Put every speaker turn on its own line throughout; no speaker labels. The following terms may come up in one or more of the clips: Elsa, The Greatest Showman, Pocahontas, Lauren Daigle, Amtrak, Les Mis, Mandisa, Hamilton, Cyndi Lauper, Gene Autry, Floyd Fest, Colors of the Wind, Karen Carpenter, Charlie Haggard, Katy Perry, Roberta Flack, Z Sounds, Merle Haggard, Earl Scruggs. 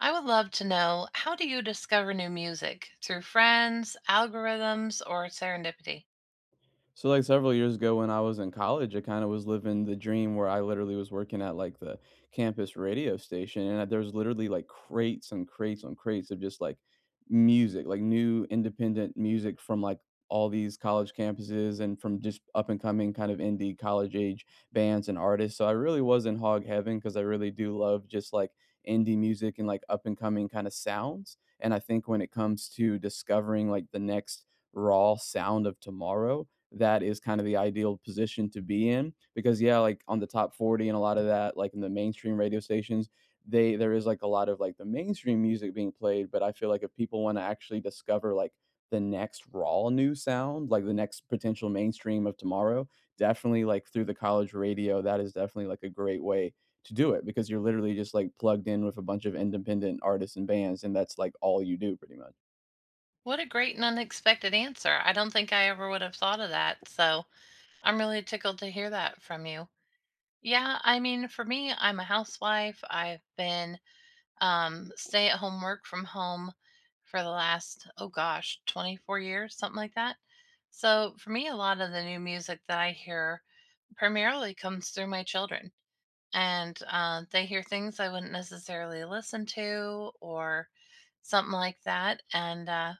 I would love to know, how do you discover new music? Through friends, algorithms, or serendipity?
So, like, several years ago when I was in college, I kinda was living the dream where I literally was working at, like, the campus radio station, and there was literally, like, crates and crates and crates of just, like, music, like, new independent music from, like, all these college campuses and from just up and coming kind of indie college-age bands and artists, so I really was in hog heaven because I really do love just, like, indie music and, like, up and coming kinda sounds, and I think when it comes to discovering, like, the next raw sound of tomorrow, that is kind of the ideal position to be in. Because, yeah, like on the top 40 and a lot of that, like in the mainstream radio stations, they there is like a lot of like the mainstream music being played, but I feel like if people want to actually discover, like, the next raw new sound, like the next potential mainstream of tomorrow, definitely, like, through the college radio, that is definitely like a great way to do it because you're literally just like plugged in with a bunch of independent artists and bands, and that's like all you do pretty much.
What a great and unexpected answer. I don't think I ever would have thought of that. So I'm really tickled to hear that from you. Yeah, I mean, for me, I'm a housewife. I've been stay at home, work from home for the last, oh gosh, 24 years, something like that. So for me, a lot of the new music that I hear primarily comes through my children. And they hear things I wouldn't necessarily listen to, or something like that. And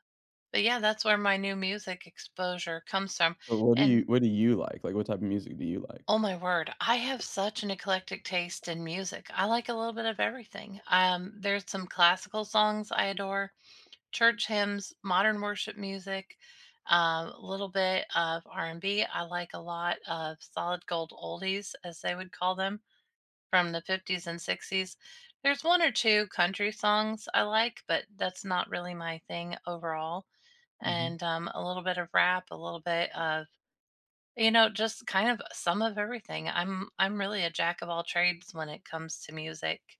but yeah, that's where my new music exposure comes from.
So what do
And
you like? Like, what type of music do you like?
oh my word, I have such an eclectic taste in music. I like a little bit of everything. There's some classical songs I adore, church hymns, modern worship music. A little bit of R and B. I like a lot of solid gold oldies, as they would call them, from the 50s and 60s. There's one or two country songs I like, but that's not really my thing overall.
Mhm.
And a little bit of rap, a little bit of just kind of some of everything. I'm really a jack of all trades when it comes to music.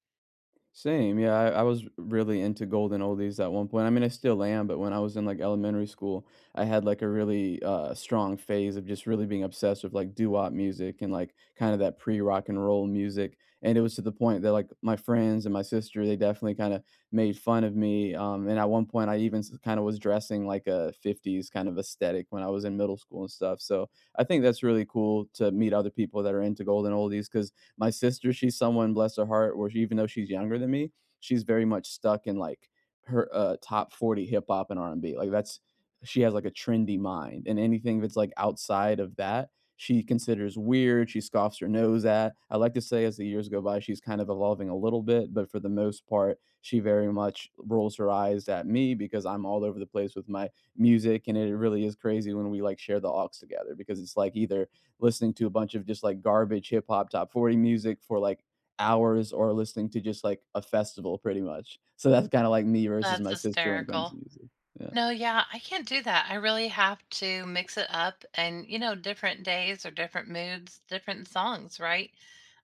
Same, yeah, I was really into golden oldies at one point, I mean, I still am, but when I was in, like, elementary school, I had, like, a really, strong phase of just really being obsessed with, like, doo-wop music and, like, kinda that pre-rock and roll music, and it was to the point that, like, my friends and my sister, they definitely kinda made fun of me, and at one point, I even kinda was dressing like a '50s kind of aesthetic when I was in middle school and stuff, so I think that's really cool to meet other people that are into golden oldies. Because my sister, she's someone, bless her heart, where she, even though she's younger than me, she's very much stuck in like her top 40 hip hop and R&B. Like, that's she has like a trendy mind, and anything that's like outside of that she considers weird, she scoffs her nose at. I like to say as the years go by she's kind of evolving a little bit, but for the most part she very much rolls her eyes at me because I'm all over the place with my music. And it really is crazy when we like share the aux together, because it's like either listening to a bunch of just like garbage hip hop top 40 music for like hours, or listening to just like a festival pretty much. So that's kind of like me versus
That's
my sister when it comes to
hysterical.
music. Yeah.
No, yeah, I can't do that. I really have to mix it up and, you know, different days or different moods, different songs, right?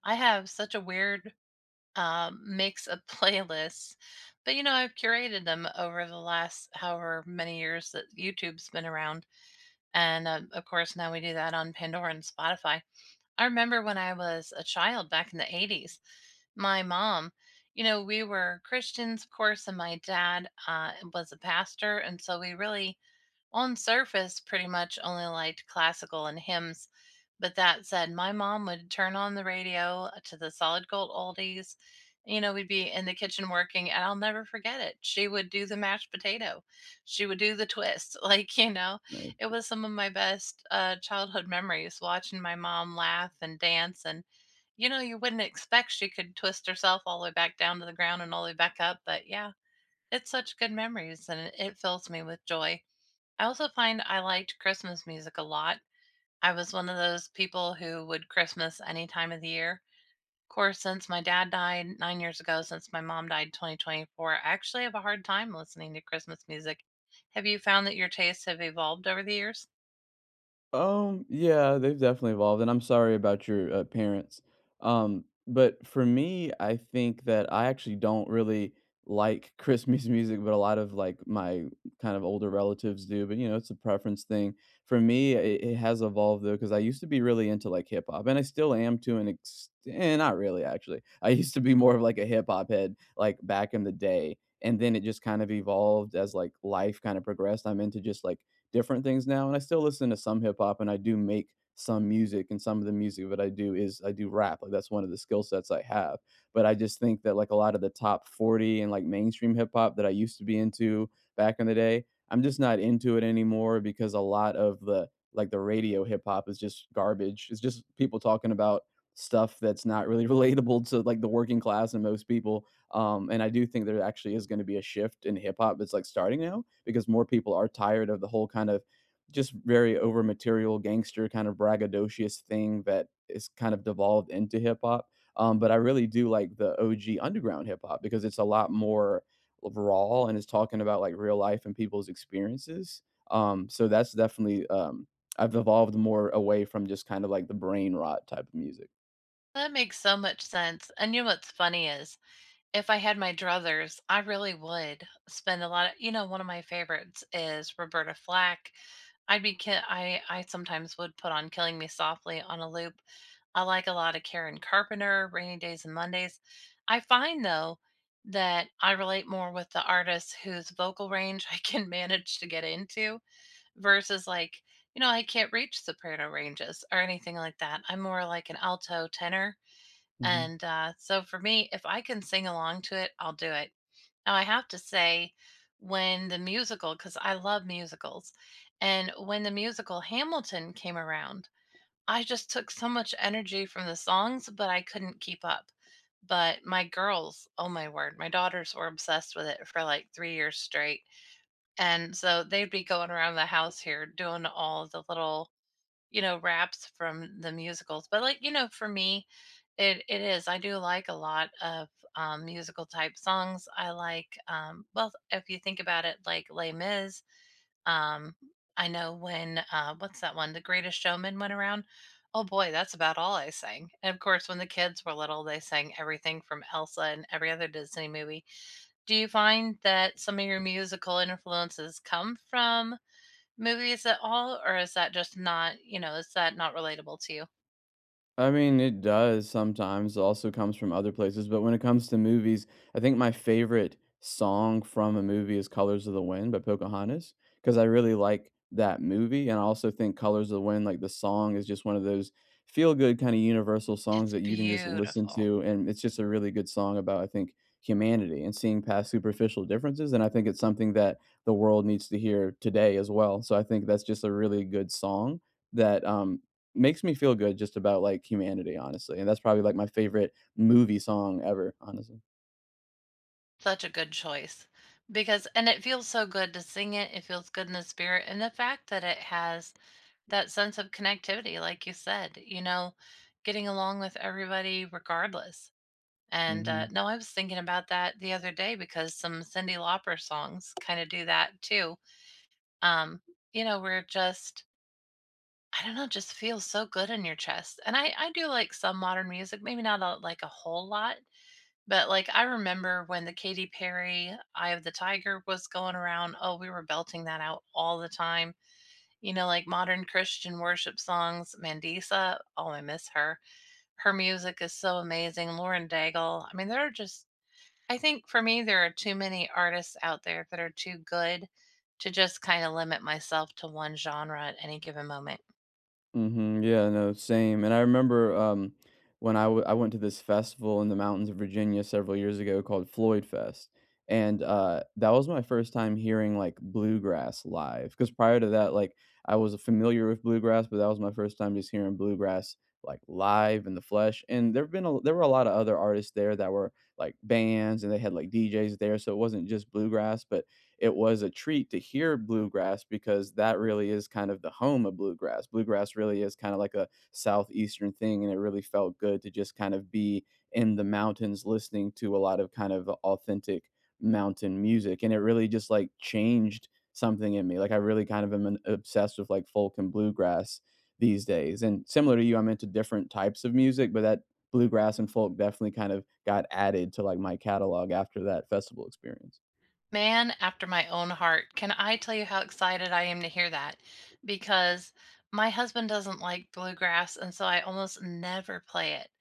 I have such a weird makes a playlist. But you know, I've curated them over the last however many years that YouTube's been around, and of course now we do that on Pandora and Spotify. I remember when I was a child back in the '80s, my mom, you know, we were Christians, of course, and my dad was a pastor, and so we really, on surface, pretty much only liked classical and hymns. But that said, my mom would turn on the radio to the solid gold oldies. You know, we'd be in the kitchen working, and I'll never forget it. She would do the mashed potato, she would do the twist. Like, you know,
No.
it was some of my best childhood memories, watching my mom laugh and dance. And, you know, you wouldn't expect she could twist herself all the way back down to the ground and all the way back up. But yeah, it's such good memories, and it fills me with joy. I also find I liked Christmas music a lot. I was one of those people who would Christmas any time of the year. Of course, since my dad died 9 years ago, since my mom died in 2024, I actually have a hard time listening to Christmas music. Have you found that your tastes have evolved over the years?
Yeah, they've definitely evolved, and I'm sorry about your parents. But for me, I think that I actually don't really like Christmas music, but a lot of like my kind of older relatives do. But you know, it's a preference thing. For me, it has evolved though, because I used to be really into like hip hop, and I still am to an extent. Not really, actually. I used to be more of like a hip hop head, like back in the day. And then it just kind of evolved as like life kind of progressed. I'm into just like different things now. And I still listen to some hip hop, and I do make some music, and some of the music that I do is I do rap. Like, that's one of the skill sets I have. But I just think that like a lot of the top 40 and like mainstream hip hop that I used to be into back in the day, I'm just not into it anymore because a lot of the like the radio hip hop is just garbage. It's just people talking about stuff that's not really relatable to like the working class and most people, and I do think there actually is going to be a shift in hip hop that's like starting now, because more people are tired of the whole kind of just very over material gangster kind of braggadocious thing that is kind of devolved into hip hop. But I really do like the OG underground hip hop because it's a lot more raw and is talking about like real life and people's experiences. So that's definitely I've evolved more away from just kind of like the brain rot type of music.
That makes so much sense. And you know what's funny is, if I had my druthers, I really would spend a lot of one of my favorites is Roberta Flack. I'd be ki I sometimes would put on Killing Me Softly on a loop. I like a lot of Karen Carpenter, Rainy Days and Mondays. I find, though, that I relate more with the artists whose vocal range I can manage to get into versus, like, you know, I can't reach soprano ranges or anything like that. I'm more like an alto tenor.
Mhm.
And so for me, if I can sing along to it, I'll do it. Now, I have to say, when the musical, because I love musicals, and when the musical Hamilton came around, I just took so much energy from the songs, but I couldn't keep up. But my girls, oh my word, my daughters were obsessed with it for like 3 years straight. And so they'd be going around the house here doing all the little raps from the musicals. But like, you know, for me, it is. I do like a lot of musical type songs. I like well, if you think about it, like Les Mis. Um, I know when what's that one? The Greatest Showman went around. Oh boy, that's about all I sang. And of course, when the kids were little, they sang everything from Elsa and every other Disney movie. Do you find that some of your musical influences come from movies at all, or is that just, not you know, is that not relatable to you?
I mean, it does sometimes, also comes from other places, but when it comes to movies, I think my favorite song from a movie is Colors of the Wind by Pocahontas, because I really like that movie, and I also think Colors of the Wind, like, the song is just one of those feel-good kinda universal songs
It's
that you can just listen
beautiful.
to, and it's just a really good song about, I think, humanity and seeing past superficial differences, and I think it's something that the world needs to hear today as well, so I think that's just a really good song that, makes me feel good just about, like, humanity, honestly, and that's probably, like, my favorite movie song ever, honestly.
Such a good choice. Because, and it feels so good to sing it, it feels good in the spirit, and the fact that it has that sense of connectivity, like you said, you know, getting along with everybody regardless. And,
Mhm.
no, I was thinking about that the other day because some Cyndi Lauper songs kinda do that too. Um, you know, we're just, I don't know, just feels so good in your chest. And I do like some modern music, maybe not a, like a whole lot, but like I remember when the Katy Perry "Eye of the Tiger" was going around. Oh, we were belting that out all the time. You know, like modern Christian worship songs, Mandisa. Oh, I miss her. Her music is so amazing. Lauren Daigle. I mean, there are just, I think for me there are too many artists out there that are too good to just kind of limit myself to one genre at any given moment.
Mhm, yeah, no, same, and I remember, when I went to this festival in the mountains of Virginia several years ago called Floyd Fest, and, that was my first time hearing, like, bluegrass live. Because prior to that, like, I was familiar with bluegrass, but that was my first time just hearing bluegrass, like, live in the flesh, and there were a lot of other artists there that were, like, bands, and they had, like, DJs there, so it wasn't just bluegrass, but it was a treat to hear bluegrass because that really is kind of the home of bluegrass. Bluegrass really is kind of like a southeastern thing, and it really felt good to just kind of be in the mountains listening to a lot of kind of authentic mountain music. And it really just like changed something in me. Like, I really kind of am obsessed with like folk and bluegrass these days. And similar to you, I'm into different types of music, but that bluegrass and folk definitely kind of got added to like my catalog after that festival experience.
Man after my own heart. Can I tell you how excited I am to hear that? Because my husband doesn't like bluegrass, and so I almost never play it.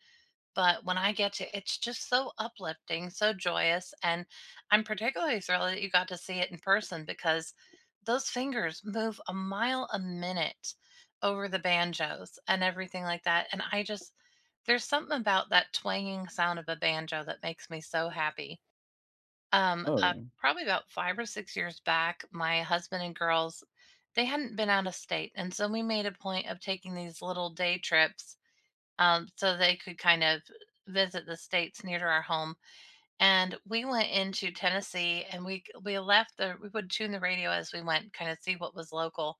But when I get to, it's just so uplifting, so joyous, and I'm particularly thrilled that you got to see it in person because those fingers move a mile a minute over the banjos and everything like that. And I just, there's something about that twanging sound of a banjo that makes me so happy.
Oh, yeah.
Probably about 5 or 6 years back, my husband and girls, they hadn't been out of state, and so we made a point of taking these little day trips, so they could kind of visit the states near to our home, and we went into Tennessee, and we would tune the radio as we went, kinda see what was local,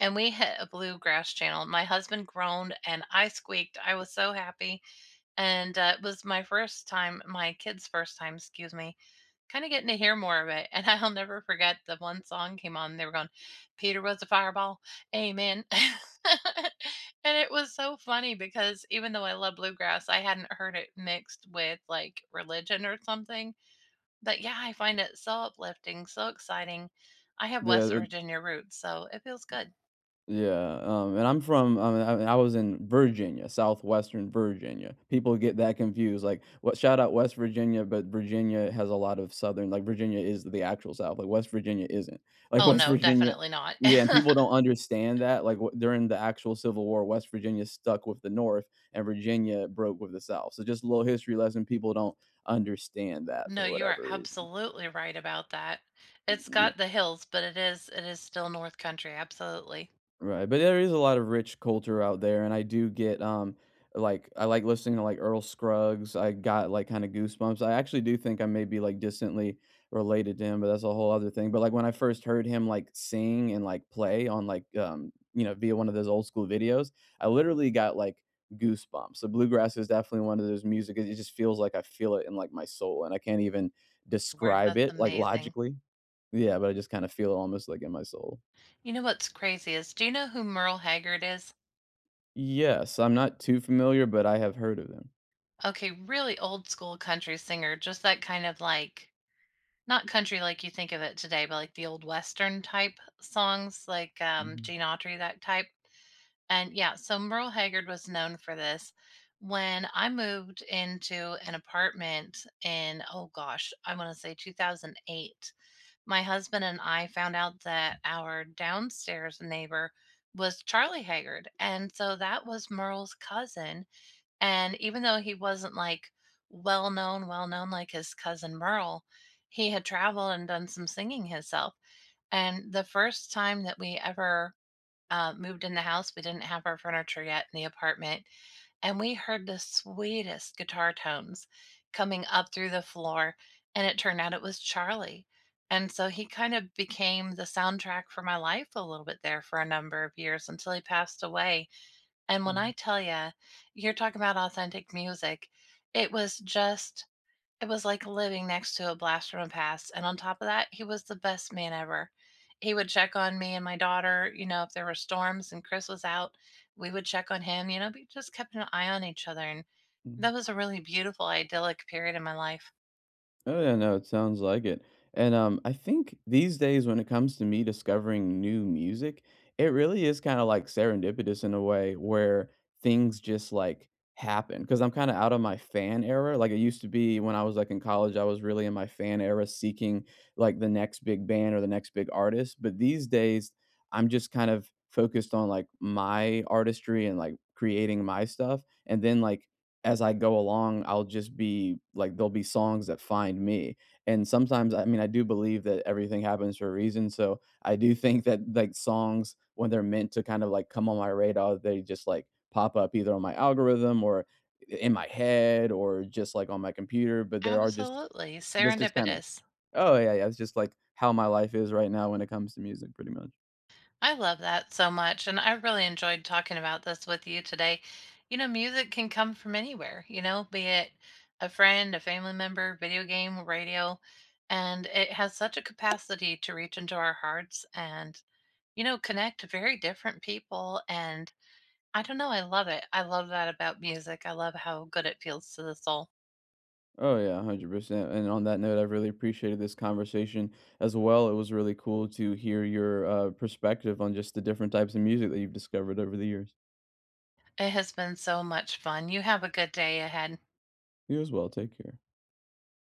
and we hit a bluegrass channel. My husband groaned, and I squeaked. I was so happy, and, it was my kids' first time, excuse me, kinda getting to hear more of it, and I'll never forget the one song came on, they were going, "Peter was a fireball, amen." And it was so funny because even though I love bluegrass, I hadn't heard it mixed with, like, religion or something, but yeah, I find it so uplifting, so exciting. I have West
The
Virginia roots, so it feels good.
Yeah, and I'm from, I mean, I was in Virginia, Southwestern Virginia. People get that confused, like, what shout out West Virginia, but Virginia has a lot of Southern, like, Virginia is the actual South, like, West Virginia isn't. Like,
Oh,
West
no,
Virginia,
definitely not.
yeah, and people don't understand that, like, w during the actual Civil War, West Virginia stuck with the North, and Virginia broke with the South. So just a little history lesson, people don't understand that
No,
for
you are
whatever reason.
absolutely right about that.
Mm,
It's
yeah.
got the hills, but it is still North Country, absolutely.
Right, but there is a lot of rich culture out there, and I do get, like, I like listening to like Earl Scruggs. I got like kind of goosebumps. I actually do think I may be like distantly related to him, but that's a whole other thing. But like when I first heard him like sing and like play on like you know via one of those old school videos, I literally got like goosebumps. So bluegrass is definitely one of those music. It just feels like I feel it in like my soul, and I can't even
Word,
describe
that's
it like
amazing.
logically. Yeah, but I just kind of feel it almost like in my soul.
You know what's crazy is, do you know who Merle Haggard is?
Yes, I'm not too familiar, but I have heard of them.
Okay, really old school country singer, just that kind of like not country like you think of it today, but like the old western type songs, like
Mhm,
Gene Autry, that type. And yeah, so Merle Haggard was known for this. When I moved into an apartment in, oh gosh, I want to say 2008, my husband and I found out that our downstairs neighbor was Charlie Haggard. And so that was Merle's cousin. And even though he wasn't like well known like his cousin Merle, he had traveled and done some singing himself. And the first time that we ever moved in the house, we didn't have our furniture yet in the apartment, and we heard the sweetest guitar tones coming up through the floor, and it turned out it was Charlie. And so he kind of became the soundtrack for my life a little bit there for a number of years until he passed away. And when
mhm,
I tell you, you're talking about authentic music, it was just, it was like living next to a blast from the past, and on top of that, he was the best man ever. He would check on me and my daughter, you know, if there were storms and Chris was out, we would check on him, you know, we just kept an eye on each other, and
mhm.
that was a really beautiful, idyllic period in my life.
Oh, yeah, no, it sounds like it. And I think these days, when it comes to me discovering new music, it really is kind of like serendipitous in a way where things just like happen, because I'm kind of out of my fan era. Like, it used to be when I was like in college, I was really in my fan era seeking like the next big band or the next big artist. But these days, I'm just kind of focused on like my artistry and like creating my stuff. And then, like, as I go along, I'll just be like, there'll be songs that find me. And sometimes, I mean, I do believe that everything happens for a reason. So I do think that like songs, when they're meant to kind of like come on my radar, they just like pop up either on my algorithm or in my head or just like on my computer. But there are just,
Absolutely,
this just kind of,
serendipitous.
oh, yeah, yeah. It's just like how my life is right now when it comes to music, pretty much.
I love that so much, and I really enjoyed talking about this with you today. You know, music can come from anywhere, you know, be it a friend, a family member, video game, radio, and it has such a capacity to reach into our hearts and, you know, connect very different people. And I don't know, I love it. I love that about music. I love how good it feels to the soul.
Oh yeah, 100%. And on that note, I really appreciated this conversation as well. It was really cool to hear your perspective on just the different types of music that you've discovered over the years.
It has been so much fun. You have a good day ahead.
You as well. Take care.